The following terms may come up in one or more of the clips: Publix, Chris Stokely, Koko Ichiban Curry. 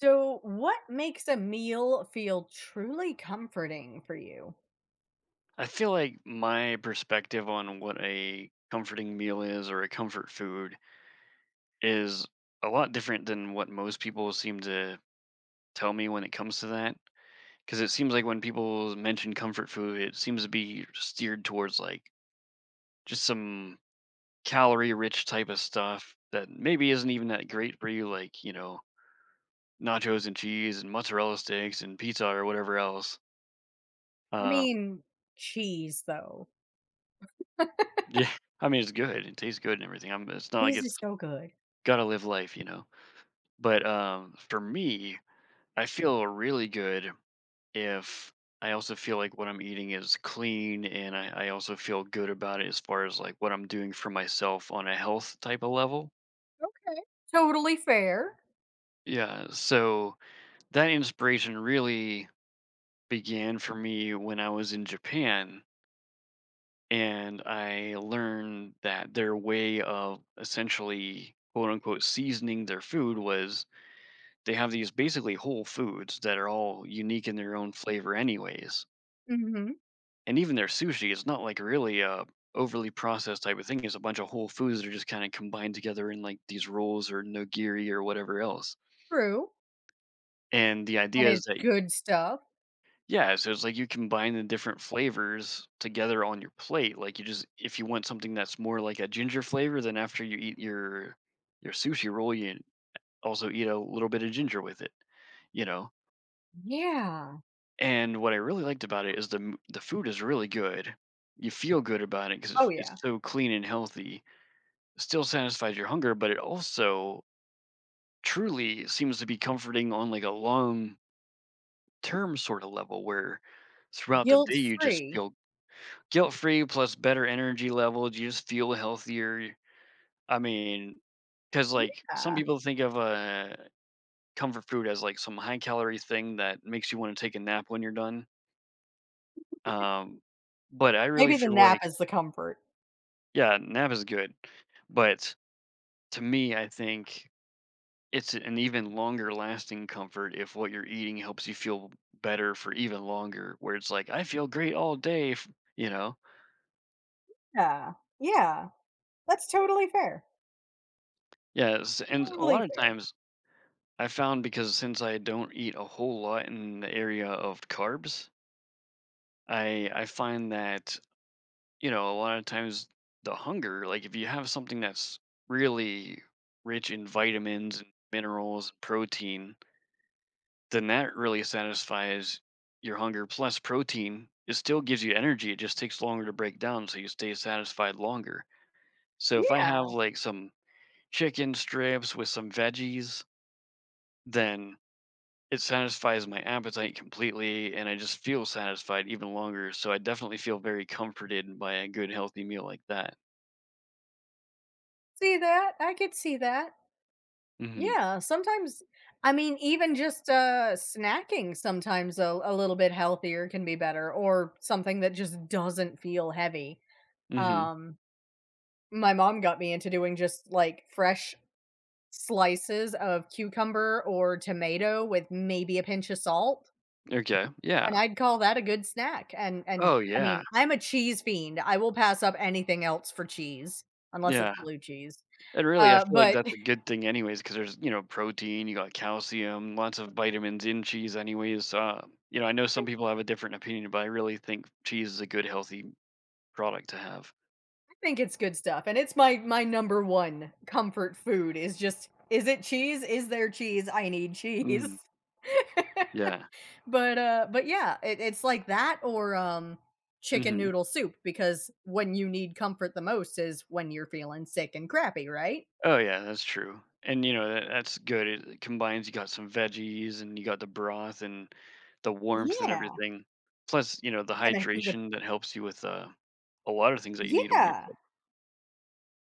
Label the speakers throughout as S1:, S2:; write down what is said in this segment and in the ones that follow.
S1: So, what makes a meal feel truly comforting for you?
S2: I feel like my perspective on what a comforting meal is or a comfort food is a lot different than what most people seem to tell me when it comes to that. Because it seems like when people mention comfort food, it seems to be steered towards just some calorie rich type of stuff that maybe isn't even that great for you, like, nachos and cheese and mozzarella sticks and pizza or whatever else.
S1: I
S2: Um,
S1: mean, cheese, though.
S2: yeah, I mean, it's good. It tastes good and everything. It's not like
S1: Cheese
S2: it's
S1: is so good.
S2: gotta live life, you know? But, for me, I feel really good if I also feel like what I'm eating is clean and I also feel good about it as far as, like, what I'm doing for myself on a health type of level.
S1: Totally fair.
S2: Yeah, so that inspiration really began for me when I was in Japan, and I learned that their way of essentially, quote, unquote, "seasoning" their food was they have these basically whole foods that are all unique in their own flavor anyways.
S1: Hmm.
S2: And even their sushi is not like really a overly processed type of thing. It's a bunch of whole foods that are just kind of combined together in like these rolls or nigiri or whatever else.
S1: True.
S2: And the
S1: And
S2: idea
S1: it's
S2: is that
S1: good stuff.
S2: yeah, so it's like you combine the different flavors together on your plate. Like you just if you want something that's more like a ginger flavor, then after you eat your sushi roll, you also eat a little bit of ginger with it, you know.
S1: Yeah.
S2: And what I really liked about it is the food is really good. You feel good about it because
S1: Oh,
S2: it's
S1: yeah.
S2: it's so clean and healthy still satisfies your hunger, but it also truly seems to be comforting on like a long term sort of level where throughout the day
S1: Guilt
S2: you just
S1: free.
S2: feel guilt free plus better energy levels. You just feel healthier. I mean, because like some
S1: Yeah.
S2: people think of comfort food as like some high calorie thing that makes you want to take a nap when you're done. Um, but I really
S1: Maybe the
S2: feel like,
S1: nap is the comfort.
S2: yeah, nap is good. But to me, I think it's an even longer lasting comfort if what you're eating helps you feel better for even longer, where it's like, "I feel great all day," f you know?
S1: Yeah. Yeah. That's totally fair.
S2: Yes, and a
S1: Totally
S2: lot of
S1: fair.
S2: times I found because since I don't eat a whole lot in the area of carbs, I find that, you know, a lot of times the hunger, like, if you have something that's really rich in vitamins and minerals and protein then that really satisfies your hunger. Plus, protein it still gives you energy. It just takes longer to break down, so you stay satisfied longer. So if I have
S1: Yeah.
S2: like some chicken strips with some veggies, then it satisfies my appetite completely, and I just feel satisfied even longer. So I definitely feel very comforted by a good healthy meal like that.
S1: See that? I could see that.
S2: hmm
S1: Yeah, sometimes I mean, even just, snacking sometimes a little bit healthier can be better or something that just doesn't feel heavy.
S2: hmm
S1: Um, my mom got me into doing just, like, fresh slices of cucumber or tomato with maybe a pinch of salt,
S2: Okay.
S1: and
S2: Yeah.
S1: I'd call that a good snack, and,
S2: Oh
S1: I
S2: yeah.
S1: mean, I'm a cheese fiend. I will pass up anything else for cheese, unless it's
S2: Yeah.
S1: blue cheese,
S2: And really, I feel like
S1: but
S2: that's a good thing anyways. Because there's, you know, protein, you got calcium, lots of vitamins in cheese anyways. You know, I know some people have a different opinion, but I really think cheese is a good healthy product to have.
S1: think it's good stuff, and it's my number one comfort food is just, is it cheese? Is there cheese? I need cheese.
S2: Mhm. Yeah.
S1: But yeah, it it's like that or, chicken
S2: Mhm.
S1: noodle soup, because when you need comfort the most is when you're feeling sick and crappy, right?
S2: Oh, yeah, that's true. And, you know, that that's good. It combines you got some veggies and you got the broth and the warmth and
S1: Yeah.
S2: everything. Plus, you know, the
S1: And I think the
S2: hydration that helps you with, a lot of things that you need when you're
S1: Yeah.
S2: sick.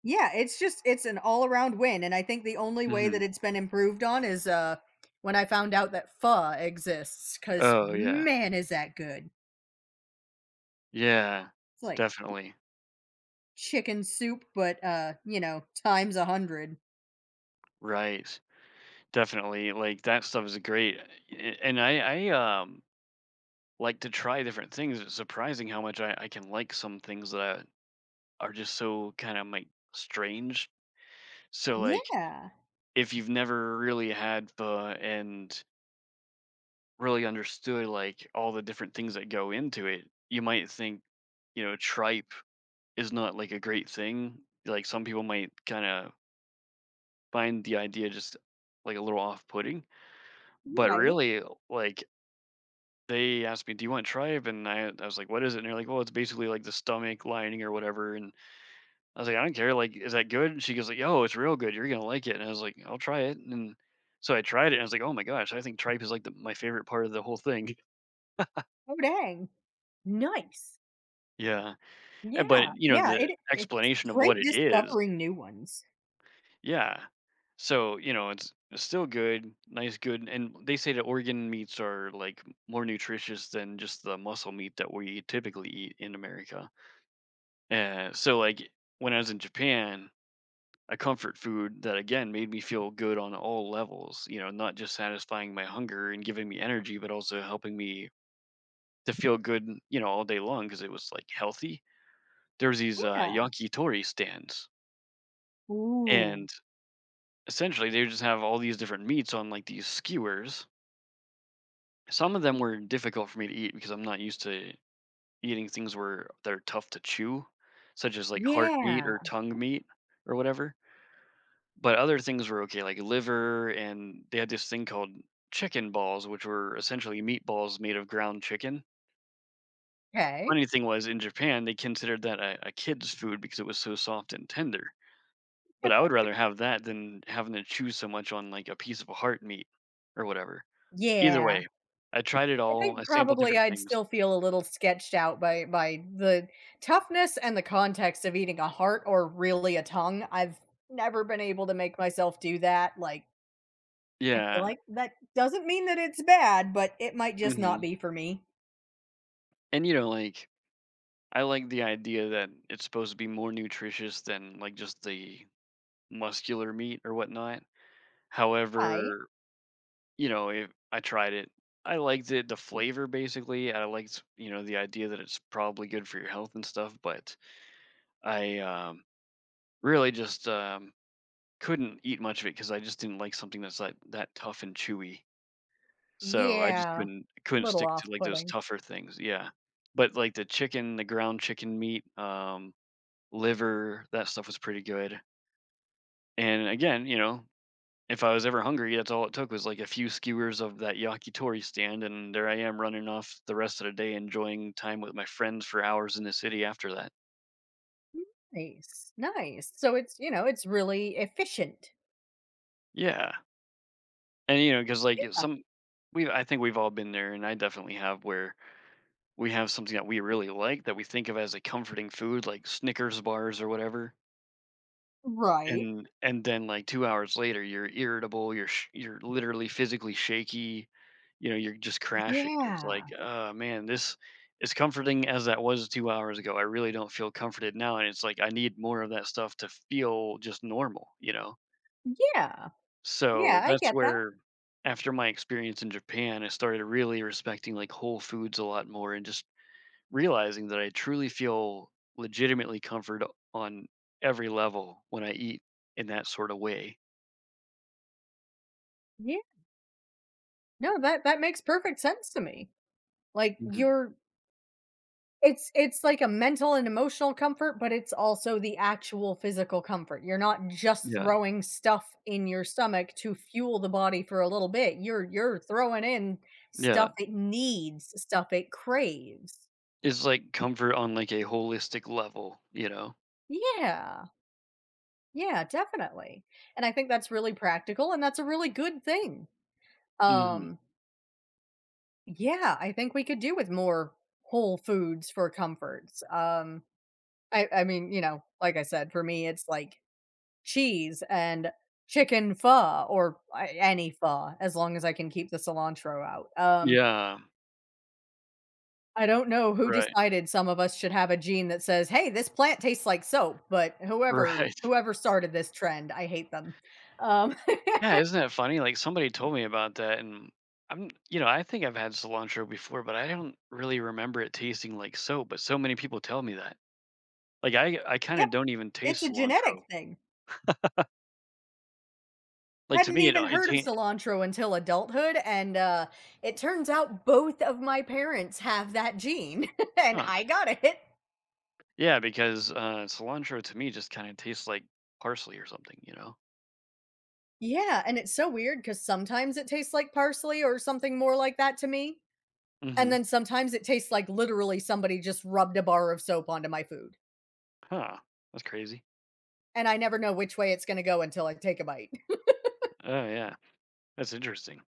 S1: Yeah, it's just it's an all around win, and I think the only way that
S2: Mhm.
S1: it's been improved on is, when I found out that pho, because
S2: Oh, yeah.
S1: man, is that good.
S2: Yeah.
S1: It's like
S2: Definitely.
S1: chicken soup, but, you know, times 100.
S2: Right. Definitely, like, that stuff is great, a and I like to try different things, it's surprising how much I can like some things that are just so kinda, like, strange. So, like,
S1: Yeah,
S2: if you've never really had pho and really understood, like, all the different things that go into it, you might think, you know, tripe is not, like, a great thing, like, some people might kinda find the idea just, like, a little off-putting, but
S1: right.
S2: really, like they asked me, "Do you want tripe?" And I was like, "What is it?" And they're like, "Well, it's basically like the stomach lining or whatever." And I was like, "I don't care. Like, is that good?" And she goes, "Like, yo, it's real good. You're gonna like it." And I was like, "I'll try it." And so I tried it, and I was like, "Oh my gosh, I think tripe is like the, my favorite part of the whole thing."
S1: Oh, dang. Nice.
S2: Yeah, eh, but
S1: Yeah,
S2: you know
S1: yeah,
S2: the
S1: it it's
S2: explanation of
S1: great
S2: what it is.
S1: discovering new ones.
S2: Yeah, so you know it's still good, nice, good, and they say that organ meats are like more nutritious than just the muscle meat that we typically eat in America. So like when I was in Japan, a comfort food that again made me feel good on all levels, you know, not just satisfying my hunger and giving me energy, but also helping me to feel good, you know, all day long because it was like healthy. There was these
S1: Yeah.
S2: yakitori stands,
S1: Ooh,
S2: and essentially they would just have all these different meats on like these skewers. Some of them were difficult for me to eat because I'm not used to eating things where they're tough to chew, such as like heart meat
S1: yeah.
S2: or tongue meat or whatever. But other things were okay, like liver, and they had this thing called chicken balls, which were essentially meatballs made of ground chicken.
S1: Okay.
S2: Funny thing was, in Japan, they considered that a kid's food because it was so soft and tender. But I would rather have that than having to chew so much on like a piece of heart meat or whatever. Either
S1: Yeah.
S2: way, I tried it
S1: I
S2: all. I
S1: think
S2: sampled
S1: probably
S2: different
S1: I'd
S2: things.
S1: still feel a little sketched out by the toughness and the context of eating a heart or really a tongue. I've never been able to make myself do that, like I feel
S2: Yeah.
S1: like that doesn't mean that it's bad, but it might just not
S2: hmm
S1: be for me.
S2: And you know, like I like the idea that it's supposed to be more nutritious than like just the muscular meat or whatnot.
S1: Right.
S2: However, you know, if I tried it, I liked it, the flavor basically. I liked, you know, the idea that it's probably good for your health and stuff, but I really just couldn't eat much of it because I just didn't like something that's like that tough and chewy. So I just
S1: Yeah.
S2: couldn't
S1: Little
S2: stick
S1: off
S2: to like those
S1: putting.
S2: tougher things. Yeah. But like the chicken, the ground chicken meat, liver, that stuff was pretty good. And again, you know, if I was ever hungry, that's all it took was, like, a few skewers of that yakitori stand, and there I am running off the rest of the day enjoying time with my friends for hours in the city after that.
S1: Nice, nice. So it's, you know, it's really efficient.
S2: Yeah, and, you know, because like, it's some we I think we've all been there, and I definitely have, where we have something that we really like that we think of as a comforting food, like Snickers bars or whatever.
S1: Right.
S2: And then, like, 2 hours later, you're irritable, you're literally physically shaky, you know, you're just crashing, it's
S1: Yeah.
S2: like, "Oh, man, this as comforting as that was 2 hours ago, I really don't feel comforted now," and it's like, I need more of that stuff to feel just normal, you know?
S1: Yeah. Yeah,
S2: So,
S1: I
S2: that's
S1: get that.
S2: where after my experience in Japan, I started really respecting, like, whole foods a lot more and just realizing that I truly feel legitimately comfort on every level when I eat in that sorta way.
S1: Yeah. No, that that makes perfect sense to me. Like
S2: Mhm.
S1: you're it's like a mental and emotional comfort, but it's also the actual physical comfort. You're not just
S2: Yeah,
S1: throwing stuff in your stomach to fuel the body for a little bit. You're throwing in stuff
S2: yeah.
S1: it needs, stuff it craves.
S2: It's like comfort on like a holistic level, you know?
S1: Yeah. Yeah, definitely. And I think that's really practical and that's a really good thing.
S2: Mhm.
S1: Um yeah, I think we could do with more whole foods for comforts. I mean, you know, like I said, for me it's like cheese and chicken pho, or a any pho, as long as I can keep the cilantro out.
S2: Yeah,
S1: I don't know who
S2: right,
S1: decided some of us should have a gene that says, "Hey, this plant tastes like soap," but whoever
S2: right.
S1: whoever started this trend, I hate them. Um,
S2: Yeah, isn't that funny? Like somebody told me about that and I'm you know, I think I've had cilantro before, but I don't really remember it tasting like soap, but so many people tell me that. Like I kinda
S1: yep,
S2: don't even
S1: it's
S2: taste
S1: a genetic
S2: cilantro.
S1: thing.
S2: Like to
S1: Hadn't
S2: me it
S1: even
S2: it
S1: heard of
S2: ta
S1: cilantro until adulthood, and, it turns out both of my parents have that gene, and
S2: huh.
S1: I got it.
S2: Yeah, because, cilantro to me just kinda tastes like parsley or something, you know?
S1: Yeah, and it's so weird because sometimes it tastes like parsley or something more like that to me, and
S2: Mhm.
S1: then sometimes it tastes like literally somebody just rubbed a bar of soap onto my food,
S2: Huh. That's crazy.
S1: and I never know which way it's gonna go until I take a bite.
S2: Oh yeah. That's interesting.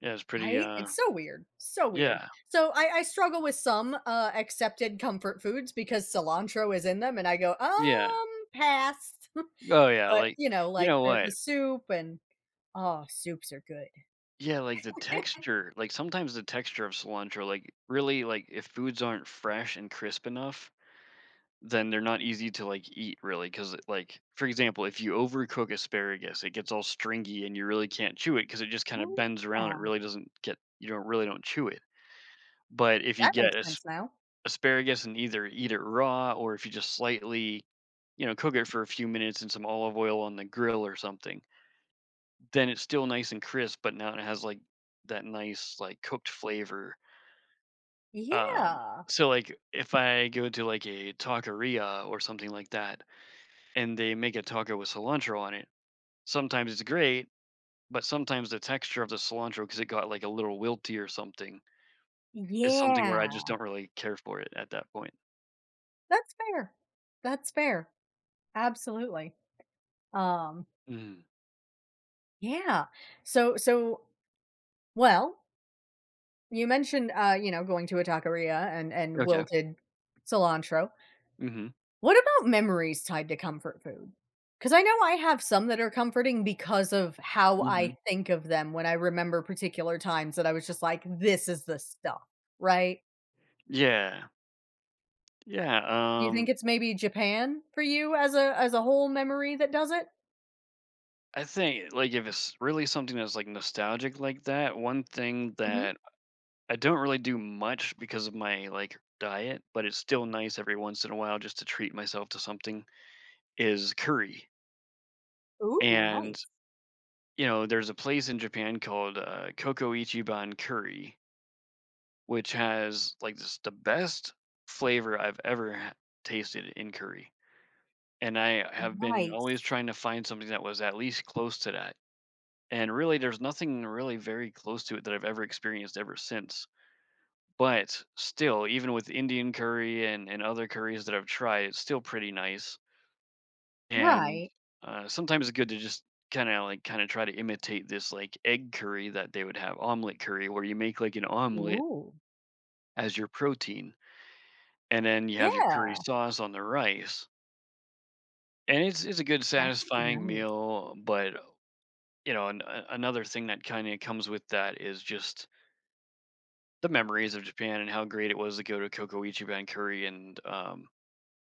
S2: Yeah, it's pretty,
S1: Right?
S2: uh
S1: It's so weird, so weird.
S2: yeah,
S1: So I struggle with some, accepted comfort foods because cilantro is in them, and I go,
S2: yeah.
S1: Pass."
S2: Oh, yeah,
S1: But,
S2: like,
S1: you know,
S2: you
S1: like
S2: know
S1: the
S2: what?
S1: soup and oh, soups are good.
S2: Yeah, like, the texture like, sometimes the texture of cilantro, like, really, like, if foods aren't fresh and crisp enough, then they're not easy to, like, eat really, because like, for example, if you overcook asparagus, it gets all stringy and you really can't chew it because it just kinda
S1: Oh,
S2: bends around, it
S1: yeah.
S2: really doesn't get you don't chew it. But if you
S1: That
S2: get
S1: makes
S2: as
S1: sense now.
S2: asparagus and either eat it raw or if you just slightly, you know, cook it for a few minutes in some olive oil on the grill or something, then it's still nice and crisp, but now it has like that nice like cooked flavor. Um,
S1: Yeah.
S2: so like if I go to like a taqueria or something like that, and they make a taco with cilantro on it, sometimes it's great, but sometimes the texture of the cilantro because it got like a little wilty or something is something where I just
S1: Yeah.
S2: don't really care for it at that point.
S1: That's fair. That's fair. Absolutely. Um,
S2: Mm.
S1: yeah. So so well, you mentioned you know, going to a taqueria and
S2: Okay.
S1: wilted cilantro.
S2: Mhm.
S1: What about memories tied to comfort food? Because I know I have some that are comforting because of how I
S2: Mhm.
S1: think of them when I remember particular times that I was just like, this is the stuff, right?
S2: Yeah. Yeah.
S1: Do you think it's maybe Japan for you as a whole memory that does it?
S2: I think like if it's really something that's like nostalgic like that, one thing
S1: Hmm.
S2: that I don't really do much because of my, like, diet, but it's still nice every once in a while just to treat myself to something, is curry,
S1: Ooh,
S2: and,
S1: nice.
S2: you know, there's a place in Japan called, Koko Ichiban Curry, which has, like, just the best flavor I've ever ha tasted in curry, and I have been
S1: Nice.
S2: always trying to find something that was at least close to that, and really, there's nothing really very close to it that I've ever experienced ever since. But still, even with Indian curry and other curries that I've tried, it's still pretty nice, and,
S1: Right.
S2: sometimes it's good to just kinda try to imitate this, like, egg curry that they would have, omelet curry, where you make, like, an omelet
S1: Ooh.
S2: as your protein, and then you have your curry
S1: Yeah,
S2: sauce on the rice, and it's a good
S1: that could be
S2: satisfying
S1: nice.
S2: meal, but, you know, an a another thing that kinda comes with that is just the memories of Japan and how great it was to go to Koko Ichiban Curry and,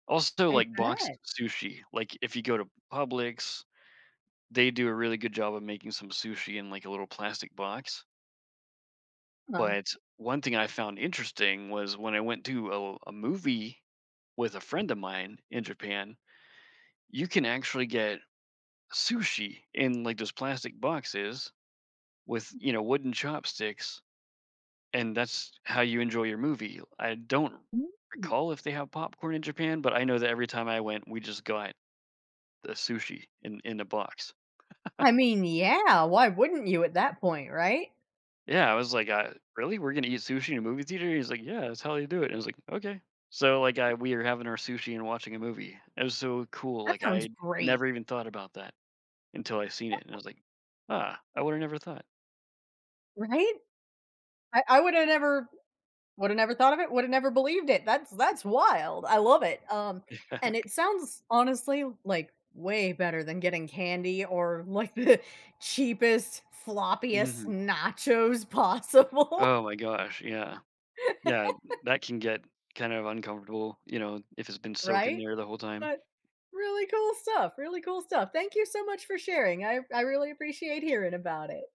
S2: also,
S1: I
S2: like, boxed
S1: bet.
S2: sushi, like, if you go to Publix, they do a really good job of making some sushi in, like, a little plastic box,
S1: Huh.
S2: but one thing I found interesting was when I went to a movie with a friend of mine in Japan, you can actually get sushi in, like, those plastic boxes with, you know, wooden chopsticks, and that's how you enjoy your movie. I don't
S1: Mm.
S2: recall if they have popcorn in Japan, but I know that every time I went, we just got the sushi in a box.
S1: I mean, yeah, why wouldn't you at that point, right?
S2: Yeah, I was like, really? We're gonna eat sushi in a movie theater?" He's like, "Yeah, that's how you do it." And I was like, "Okay." So, like, I we are having our sushi and watching a movie. It was so cool,
S1: That
S2: like,
S1: sounds
S2: I
S1: great,
S2: never even thought about that until I seen it, and I was like, "Ah, I woulda never thought."
S1: right? I would have never thought of it, would have never believed it. That's wild. I love it. And
S2: Yeah.
S1: it sounds honestly like way better than getting candy or like the cheapest, floppiest
S2: Mhm.
S1: nachos possible,
S2: Oh my gosh, yeah. Yeah, that can get kind of uncomfortable, you know, if it's been soaking
S1: right?
S2: there the whole time.
S1: Really cool stuff, really cool stuff. Thank you so much for sharing. I really appreciate hearing about it.